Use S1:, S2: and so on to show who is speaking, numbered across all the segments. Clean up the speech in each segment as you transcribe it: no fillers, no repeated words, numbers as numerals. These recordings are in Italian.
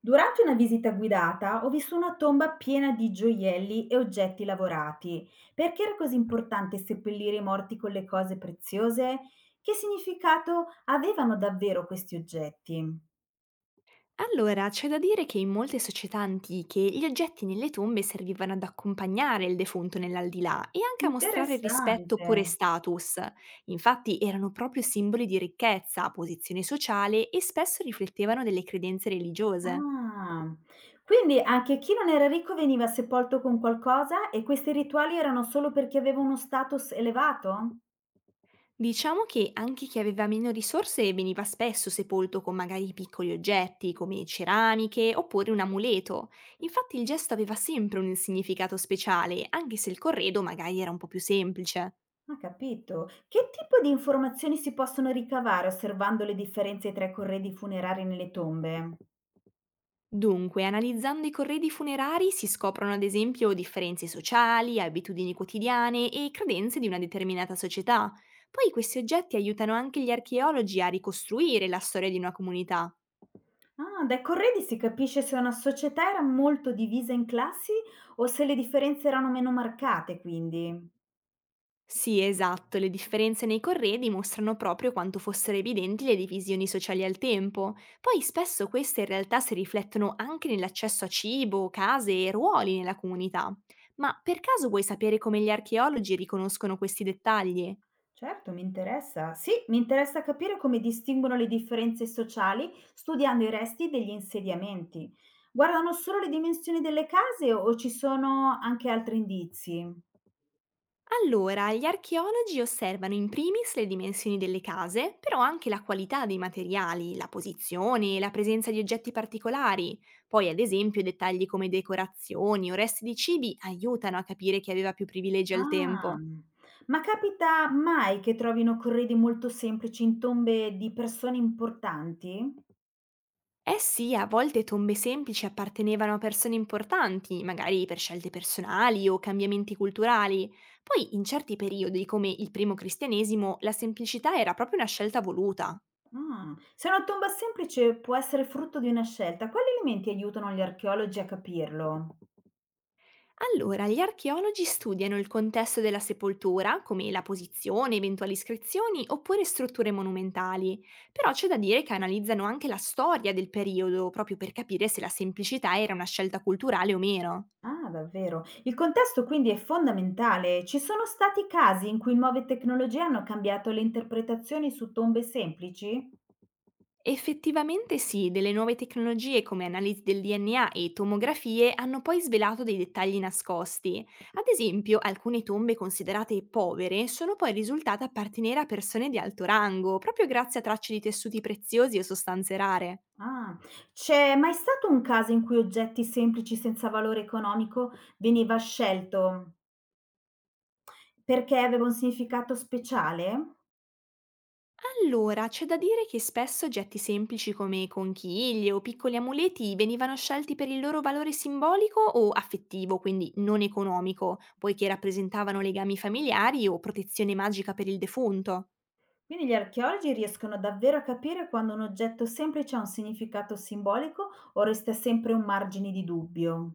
S1: Durante una visita guidata ho visto una tomba piena di gioielli e oggetti lavorati. Perché era così importante seppellire i morti con le cose preziose? Che significato avevano davvero questi oggetti?
S2: Allora, c'è da dire che in molte società antiche gli oggetti nelle tombe servivano ad accompagnare il defunto nell'aldilà e anche a mostrare rispetto
S1: Interessante.
S2: oppure status. Infatti erano proprio simboli di ricchezza, posizione sociale e spesso riflettevano delle credenze religiose.
S1: Ah, quindi anche chi non era ricco veniva sepolto con qualcosa e questi rituali erano solo per chi aveva uno status elevato?
S2: Diciamo che anche chi aveva meno risorse veniva spesso sepolto con magari piccoli oggetti come ceramiche oppure un amuleto. Infatti il gesto aveva sempre un significato speciale, anche se il corredo magari era un po' più semplice.
S1: Ah, capito. Che tipo di informazioni si possono ricavare osservando le differenze tra i corredi funerari nelle tombe?
S2: Dunque, analizzando i corredi funerari si scoprono ad esempio differenze sociali, abitudini quotidiane e credenze di una determinata società. Poi questi oggetti aiutano anche gli archeologi a ricostruire la storia di una comunità.
S1: Ah, dai corredi si capisce se una società era molto divisa in classi o se le differenze erano meno marcate, quindi.
S2: Sì, esatto, le differenze nei corredi mostrano proprio quanto fossero evidenti le divisioni sociali al tempo. Poi spesso queste in realtà si riflettono anche nell'accesso a cibo, case e ruoli nella comunità. Ma per caso vuoi sapere come gli archeologi riconoscono questi dettagli?
S1: Certo, mi interessa. Sì, mi interessa capire come distinguono le differenze sociali studiando i resti degli insediamenti. Guardano solo le dimensioni delle case o ci sono anche altri indizi?
S2: Allora, gli archeologi osservano in primis le dimensioni delle case, però anche la qualità dei materiali, la posizione e la presenza di oggetti particolari. Poi, ad esempio, dettagli come decorazioni o resti di cibi aiutano a capire chi aveva più privilegi al
S1: Ah,
S2: tempo.
S1: ma capita mai che trovino corredi molto semplici in tombe di persone importanti?
S2: Eh sì, a volte tombe semplici appartenevano a persone importanti, magari per scelte personali o cambiamenti culturali. Poi, in certi periodi, come il primo cristianesimo, la semplicità era proprio una scelta voluta.
S1: Ah, se una tomba semplice può essere frutto di una scelta, quali elementi aiutano gli archeologi a capirlo?
S2: Allora, gli archeologi studiano il contesto della sepoltura, come la posizione, eventuali iscrizioni oppure strutture monumentali, però c'è da dire che analizzano anche la storia del periodo proprio per capire se la semplicità era una scelta culturale o meno.
S1: Ah, davvero. Il contesto quindi è fondamentale. Ci sono stati casi in cui nuove tecnologie hanno cambiato le interpretazioni su tombe semplici?
S2: Effettivamente sì, delle nuove tecnologie come analisi del DNA e tomografie hanno poi svelato dei dettagli nascosti. Ad esempio, alcune tombe considerate povere sono poi risultate appartenere a persone di alto rango, proprio grazie a tracce di tessuti preziosi e sostanze rare.
S1: Ah, c'è mai stato un caso in cui oggetti semplici senza valore economico veniva scelto? Perché aveva un significato speciale?
S2: Allora, c'è da dire che spesso oggetti semplici come conchiglie o piccoli amuleti venivano scelti per il loro valore simbolico o affettivo, quindi non economico, poiché rappresentavano legami familiari o protezione magica per il defunto.
S1: Quindi gli archeologi riescono davvero a capire quando un oggetto semplice ha un significato simbolico o resta sempre un margine di dubbio.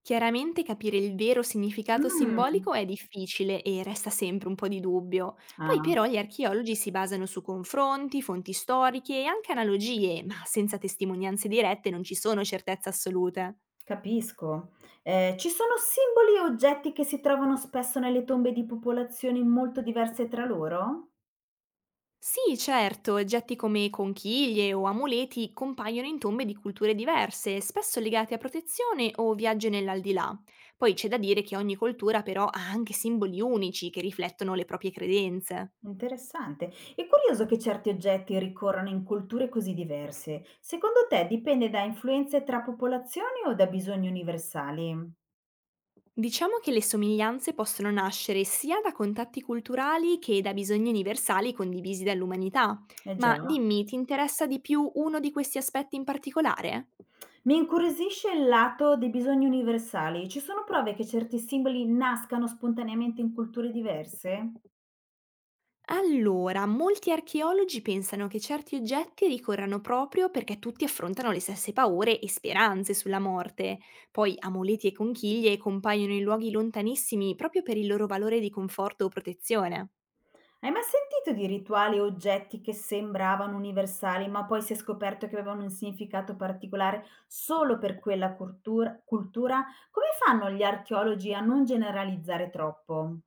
S2: Chiaramente capire il vero significato
S1: Mh,
S2: simbolico è difficile e resta sempre un po' di dubbio. Poi
S1: ah,
S2: però gli archeologi si basano su confronti, fonti storiche e anche analogie, ma senza testimonianze dirette non ci sono certezze assolute.
S1: capisco. Ci sono simboli e oggetti che si trovano spesso nelle tombe di popolazioni molto diverse tra loro?
S2: Sì, certo, oggetti come conchiglie o amuleti compaiono in tombe di culture diverse, spesso legate a protezione o viaggi nell'aldilà. Poi c'è da dire che ogni cultura però ha anche simboli unici che riflettono le proprie credenze.
S1: Interessante. È curioso che certi oggetti ricorrano in culture così diverse. Secondo te dipende da influenze tra popolazioni o da bisogni universali?
S2: Diciamo che le somiglianze possono nascere sia da contatti culturali che da bisogni universali condivisi dall'umanità.
S1: Eh
S2: Ma
S1: già.
S2: dimmi, ti interessa di più uno di questi aspetti in particolare?
S1: Mi incuriosisce il lato dei bisogni universali. Ci sono prove che certi simboli nascano spontaneamente in culture diverse?
S2: Allora, molti archeologi pensano che certi oggetti ricorrano proprio perché tutti affrontano le stesse paure e speranze sulla morte. Poi amuleti e conchiglie compaiono in luoghi lontanissimi proprio per il loro valore di conforto o protezione.
S1: Hai mai sentito di rituali o oggetti che sembravano universali, ma poi si è scoperto che avevano un significato particolare solo per quella cultura? Come fanno gli archeologi a non generalizzare troppo?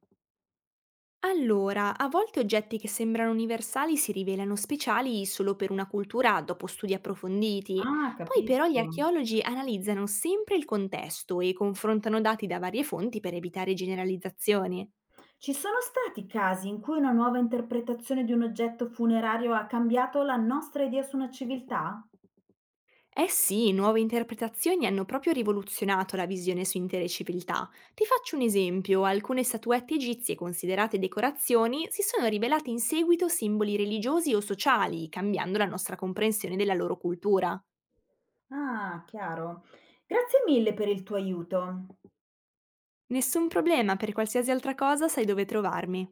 S2: Allora, a volte oggetti che sembrano universali si rivelano speciali solo per una cultura dopo studi approfonditi.
S1: Ah,
S2: Poi però gli
S1: capisco.
S2: archeologi analizzano sempre il contesto e confrontano dati da varie fonti per evitare generalizzazioni.
S1: Ci sono stati casi in cui una nuova interpretazione di un oggetto funerario ha cambiato la nostra idea su una civiltà?
S2: Eh sì, nuove interpretazioni hanno proprio rivoluzionato la visione su intere civiltà. Ti faccio un esempio, alcune statuette egizie considerate decorazioni si sono rivelate in seguito simboli religiosi o sociali, cambiando la nostra comprensione della loro cultura.
S1: Ah, chiaro. Grazie mille per il tuo aiuto.
S2: Nessun problema, per qualsiasi altra cosa sai dove trovarmi.